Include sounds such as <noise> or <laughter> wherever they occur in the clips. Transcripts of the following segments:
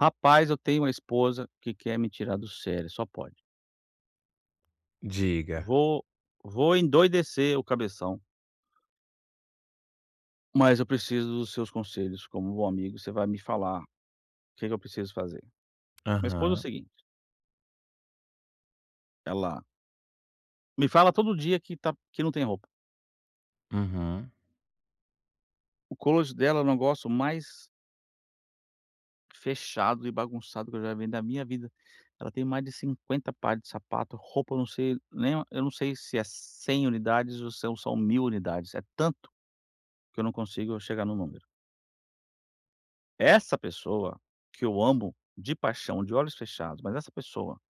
Rapaz, eu tenho uma esposa que quer me tirar do sério, só pode. Diga. Vou vou endoidecer o cabeção, mas eu preciso dos seus conselhos como bom amigo, você vai me falar o que que eu preciso fazer. Minha esposa é o Aham, seguinte, ela me fala todo dia que tá que não tem roupa. uhum. O closet dela é o negócio mais fechado e bagunçado que eu já vi da minha vida. Ela tem mais de 50 pares de sapato, roupa eu não sei nem eu não sei se é 100 unidades ou são 1.000 unidades, é tanto que eu não consigo chegar no número. Essa pessoa que eu amo de paixão, de olhos fechados, mas essa pessoa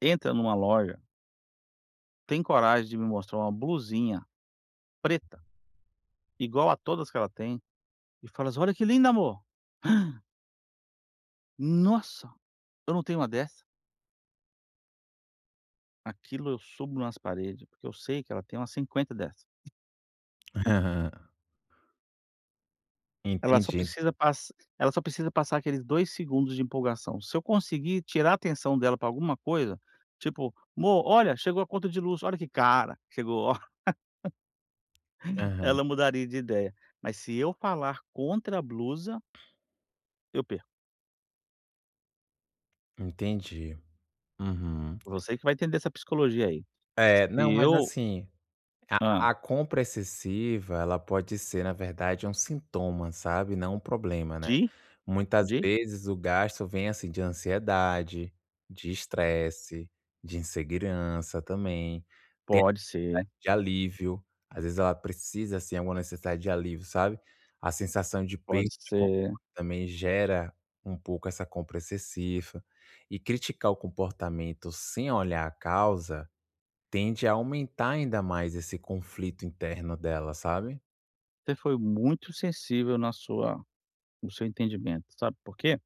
entra numa loja, tem coragem de me mostrar uma blusinha preta, igual a todas que ela tem, e fala assim: "Olha que linda, amor! Nossa, eu não tenho uma dessa". Aquilo eu subo nas paredes, porque eu sei que ela tem umas 50 dessa. <laughs> Ela só Entendi. precisa pass ela só precisa passar aqueles 2 segundos de empolgação. Se eu conseguir tirar a atenção dela para alguma coisa, tipo: "Mô, olha, chegou a conta de luz, olha que cara, chegou". Aham, Ela mudaria de ideia, mas se eu falar contra a blusa, eu perco. entendi. Uhum. Você que vai entender essa psicologia aí. É, não, Se mas eu assim, a ah a compra excessiva, ela pode ser, na verdade, um sintoma, sabe, não um problema, né. de Muitas de vezes o gasto vem, assim, de ansiedade, de estresse, de insegurança também, Pode ser, de alívio. Às vezes ela precisa, assim, alguma necessidade de alívio, sabe. A sensação de pode perda de ser. controle também gera um pouco essa compra excessiva. E criticar o comportamento sem olhar a causa tende a aumentar ainda mais esse conflito interno dela, sabe. Você foi muito sensível na sua no seu entendimento, sabe por quê?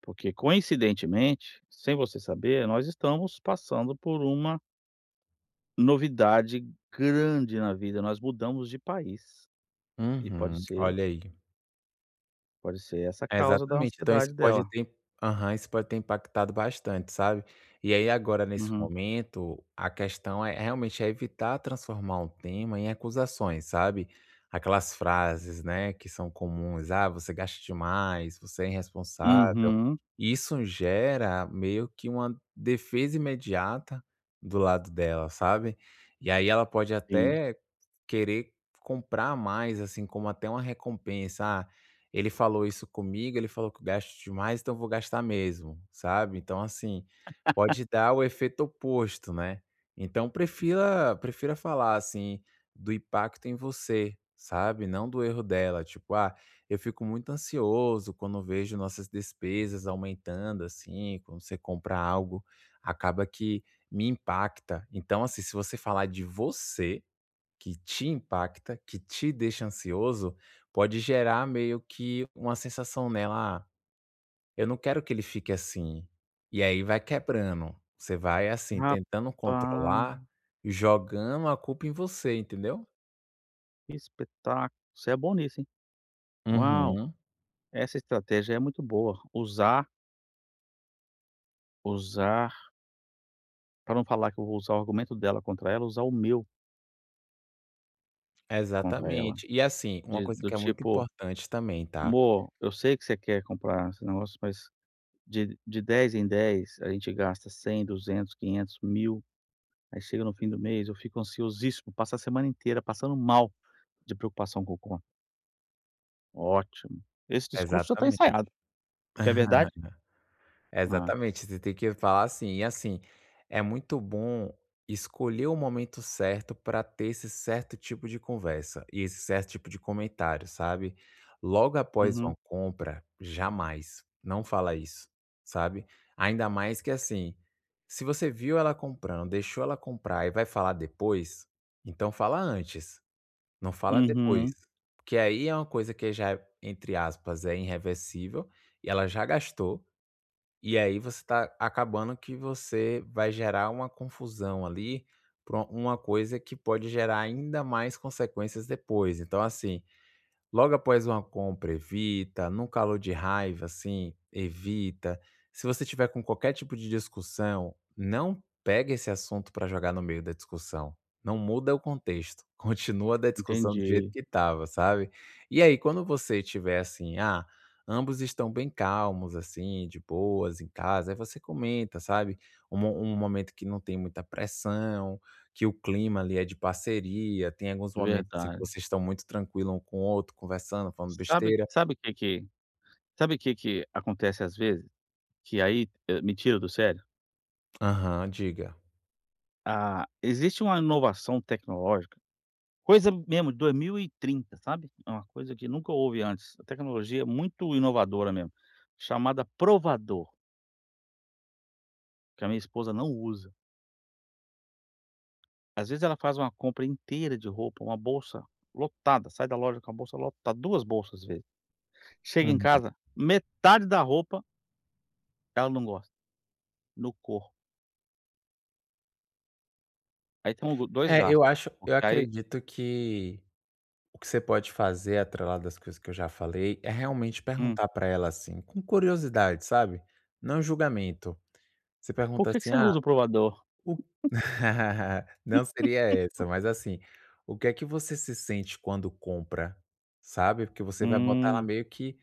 Porque coincidentemente, sem você saber, nós estamos passando por uma novidade grande na vida, nós mudamos de país, e pode Uhum, ser olha aí. pode ser essa a É, causa da exatamente. Então isso ansiedade pode dela. ter, aham, isso pode ter impactado bastante, sabe. E aí agora nesse Uhum. momento, a questão é realmente é evitar transformar um tema em acusações, sabe. Aquelas frases, né, que são comuns: "Ah, você gasta demais, você é irresponsável". Uhum, Isso gera meio que uma defesa imediata do lado dela, sabe. E aí ela pode sim. até querer comprar mais, assim, como até uma recompensa: "Ah, ele falou isso comigo, ele falou que eu gasto demais, então eu vou gastar mesmo, sabe. Então, assim, pode dar o efeito oposto, né. Então prefira falar, assim, do impacto em você, sabe, não do erro dela, tipo: "Ah, eu fico muito ansioso quando vejo nossas despesas aumentando, assim, quando você compra algo, acaba que me impacta". Então, assim, se você falar de você que te impacta, que te deixa ansioso, pode gerar meio que uma sensação nela: "Ah, eu não quero que ele fique assim". E aí vai quebrando. Você vai, assim, Rapaz, tentando controlar, jogando a culpa em você, entendeu? que espetáculo! Você é bom nisso, hein. Uau, Uhum. essa estratégia é muito boa. Usar usar Para não falar que eu vou usar o argumento dela contra ela, usar o meu contra ela. Exatamente. E, assim, uma De coisa do que é muito tipo: importante também, tá? "Amor, eu sei que você quer comprar esse negócio, mas de 10 em 10 a gente gasta 100, 200, 500, 1.000. Aí chega no fim do mês eu fico ansiosíssimo, passo a semana inteira passando mal de preocupação com o conta". Ótimo. Esse discurso já tá Exatamente. ensaiado, porque é <laughs> verdade? Ah, Exatamente, você tem que falar assim. E assim, é muito bom escolher o momento certo para ter esse certo tipo de conversa e esse certo tipo de comentário, sabe? Logo após uma uhum. compra, jamais, não fala isso, sabe? Ainda mais que assim, se você viu ela comprando, deixou ela comprar e vai falar depois, então fala antes, não fala depois. Uhum, Porque aí é uma coisa que já, entre aspas, é irreversível e ela já gastou e aí você está acabando que você vai gerar uma confusão ali, para uma coisa que pode gerar ainda mais consequências depois. Então, assim, logo após uma compra, evita. Num calor de raiva, assim, evita. Se você tiver com qualquer tipo de discussão, não pega esse assunto para jogar no meio da discussão. Não muda o contexto. <laughs> Continua da discussão do jeito entendi, que estava, sabe. E aí, quando você tiver assim, ah, ambos estão bem calmos, assim, de boas em casa, aí você comenta, sabe. Um mo um momento que não tem muita pressão, que o clima ali é de parceria, tem alguns é momentos, assim, que verdade. vocês estão muito tranquilo um com o outro, conversando, falando Sabe besteira. sabe o que que sabe o que que acontece às vezes? Que aí, me tira do sério? Aham, diga. Ah, existe uma inovação tecnológica, coisa mesmo de 2030, sabe? É uma coisa que nunca houve antes, a tecnologia é muito inovadora mesmo, chamada provador, que a minha esposa não usa. Às vezes ela faz uma compra inteira de roupa, uma bolsa lotada, sai da loja com a bolsa lotada, 2 bolsas às vezes. Chega em Uhum. casa, metade da roupa ela não gosta, no corpo. Aí tem um 2 É, gastos, eu porque aí acredito que o que você pode fazer, atrelado das coisas que eu já falei, é realmente hum. perguntar pra ela, assim, com curiosidade, sabe, não julgamento. Você "Por pergunta que que assim: você não "Ah". usa o provador?" O <laughs> não seria essa, mas assim, o que é que você se sente quando compra, sabe? Porque você vai botar ela "Hum, meio que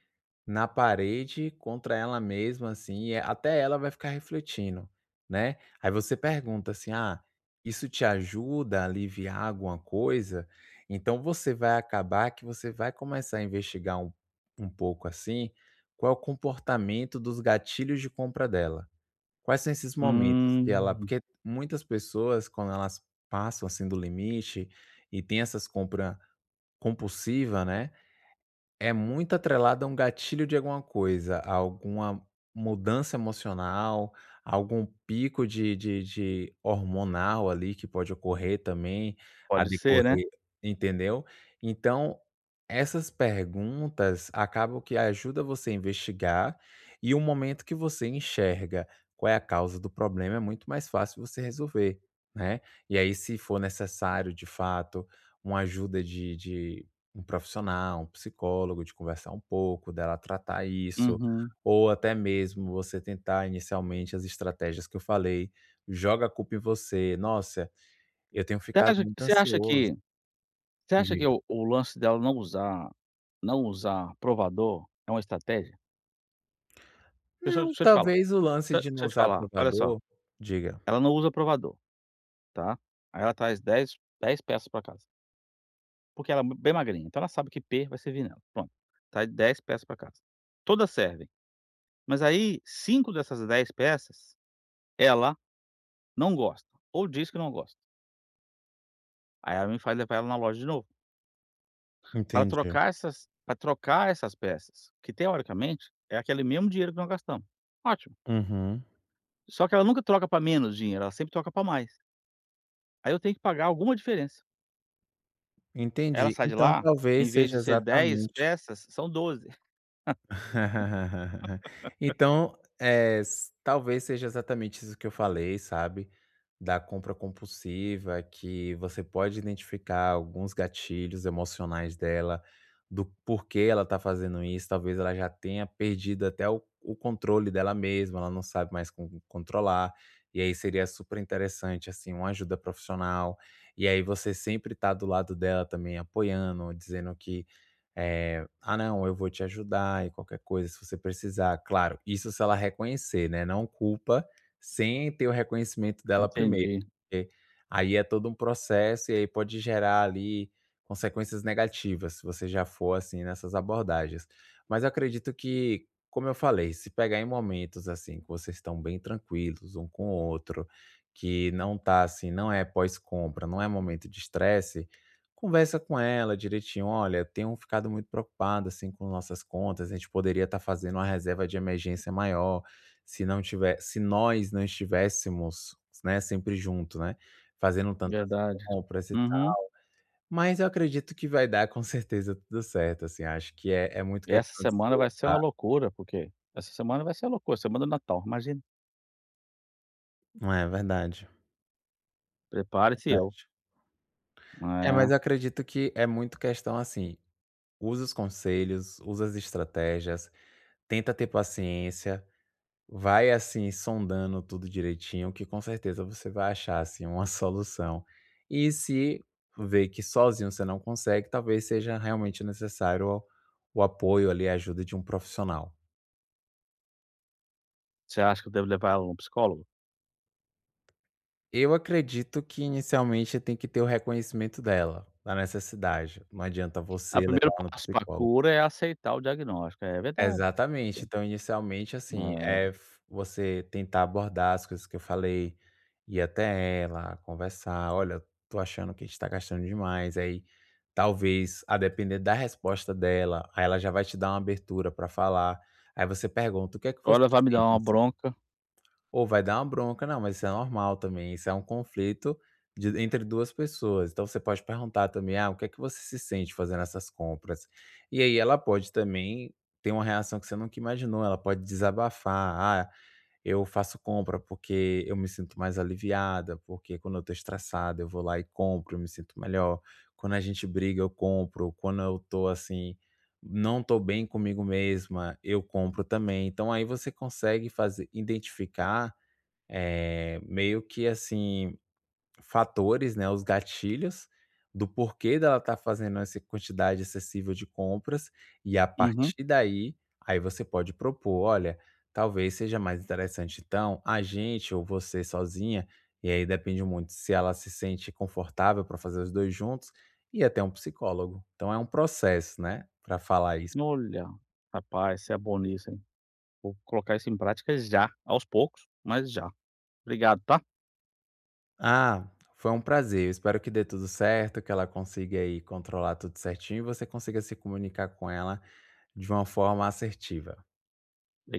na parede contra ela mesma, assim, e até ela vai ficar refletindo, né? Aí você pergunta assim: "Ah, isso te ajuda a aliviar alguma coisa?". Então você vai acabar que você vai começar a investigar um pouco, assim, qual é o comportamento dos gatilhos de compra dela. Quais são esses momentos que ela, hum, porque muitas pessoas, quando elas passam, assim, do limite e tem essas compras compulsiva, né, é muito atrelado a um gatilho de alguma coisa, a alguma mudança emocional, a algum pico de hormonal ali que pode ocorrer também, a pode ser, né?" decorrer, entendeu? Então, essas perguntas acabam que ajudam você a investigar, e o momento que você enxerga qual é a causa do problema é muito mais fácil você resolver, né. E aí se for necessário de fato uma ajuda de um profissional, um psicólogo, de conversar um pouco, dela tratar isso, Uhum. ou até mesmo você tentar inicialmente as estratégias que eu falei, joga a culpa em você. "Nossa, eu tenho Você ficado acha muito você acha ansioso". que você acha que Diga. o lance dela não usar provador é uma estratégia? Deixa eu Não, deixa eu te falar talvez o lance deixa eu de não deixa eu te usar falar, olha só, provador. Diga. ela não usa provador, tá. Aí ela traz dez peças pra casa, porque ela é bem magrinha, então ela sabe que P vai servir nela, pronto. Traz dez peças pra casa. Todas servem, mas aí 5 dessas 10 peças, ela não gosta, ou diz que não gosta. Aí ela me faz levar ela na loja de novo, para Entendi. trocar essas para trocar essas peças, que teoricamente é aquele mesmo dinheiro que nós gastamos. Ótimo. Uhum. Só que ela nunca troca para menos dinheiro, ela sempre troca para mais. Aí eu tenho que pagar alguma diferença. Ela Entendi. sai de Então lá, talvez em vez seja de ser 10 exatamente. peças, são 12. <laughs> <laughs> Então, eh, s talvez seja exatamente isso que eu falei, sabe, da compra compulsiva, que você pode identificar alguns gatilhos emocionais dela, do porquê ela tá fazendo isso, talvez ela já tenha perdido até o controle dela mesma, ela não sabe mais como controlar, e aí seria super interessante, assim, uma ajuda profissional, e aí você sempre tá do lado dela também apoiando, dizendo que "Ah, não, eu vou te ajudar e qualquer coisa se você precisar". Claro, isso se ela reconhecer, né, não culpa sem ter o reconhecimento dela primeiro, Entendi, porque aí é todo um processo e aí pode gerar ali consequências negativas, se você já for assim nessas abordagens. Mas eu acredito que, como eu falei, se pegar em momentos assim que vocês estão bem tranquilos um com o outro, que não tá assim, não é pós-compra, não é momento de estresse, conversa com ela direitinho: "Olha, tenho ficado muito preocupada, assim, com nossas contas, a gente poderia estar fazendo uma reserva de emergência maior, se nós não estivéssemos, né, sempre junto, né, fazendo tantas verdade. compras e tal". Uhum. Mas eu acredito que vai dar com certeza tudo certo, assim, acho que é muito E essa questão de se semana vai ser uma usar. loucura, porque essa semana vai ser uma loucura, semana do Natal, imagina. Não. É verdade, Prepare-se eu. verdade. É, mas É. eu acredito que é muito questão, assim, usa os conselhos, usa as estratégias, tenta ter paciência. Vai, assim, sondando tudo direitinho, que com certeza você vai achar, assim, uma <laughs> solução. E se ver que sozinho você não consegue, talvez seja realmente necessário o apoio ali, a ajuda de um profissional. Você acha que eu devo levar ela num psicólogo? Eu acredito que inicialmente tem que ter o reconhecimento dela, da necessidade. Não adianta O você levar primeiro ela no passo pra psicólogo. cura é aceitar o diagnóstico. É verdade. Exatamente. Então, inicialmente, assim, é É. f você tentar abordar as coisas que eu falei, ir até ela, conversar: "Olha, tô achando que a gente tá gastando demais". Aí, talvez, a depender da resposta dela, aí ela já vai te dar uma abertura para falar. Aí você pergunta: "O que é que você Olha, vai me dar sente, uma assim?". bronca. Ou vai dar uma bronca, não, mas isso é normal também, isso é um conflito de entre 2 pessoas. Então você pode perguntar também: "Ah, o que é que você se sente fazendo essas compras?". E aí ela pode também ter uma reação que você nunca imaginou, ela pode desabafar: "Ah, eu faço compra porque eu me sinto mais aliviada, porque quando eu estou estressada eu vou lá e compro, eu me sinto melhor. Quando a gente briga eu compro, quando eu tô assim, não tô bem comigo mesma, eu compro também". Então aí você consegue fazer identificar, meio que assim, fatores, né, os gatilhos do porquê dela tá fazendo essa quantidade excessiva de compras, e a Uhum. partir daí, aí você pode propor: "Olha, talvez seja mais interessante então a gente ou você sozinha", e aí depende muito se ela se sente confortável para fazer os 2 juntos, e até um psicólogo. Então é um processo, né, para falar isso. Olha, rapaz, você é bom nisso, hein. Vou colocar isso em prática já, aos poucos, mas já. Obrigado, tá. Ah, foi um prazer. Eu espero que dê tudo certo, que ela consiga aí controlar tudo certinho e você consiga se comunicar com ela de uma forma assertiva.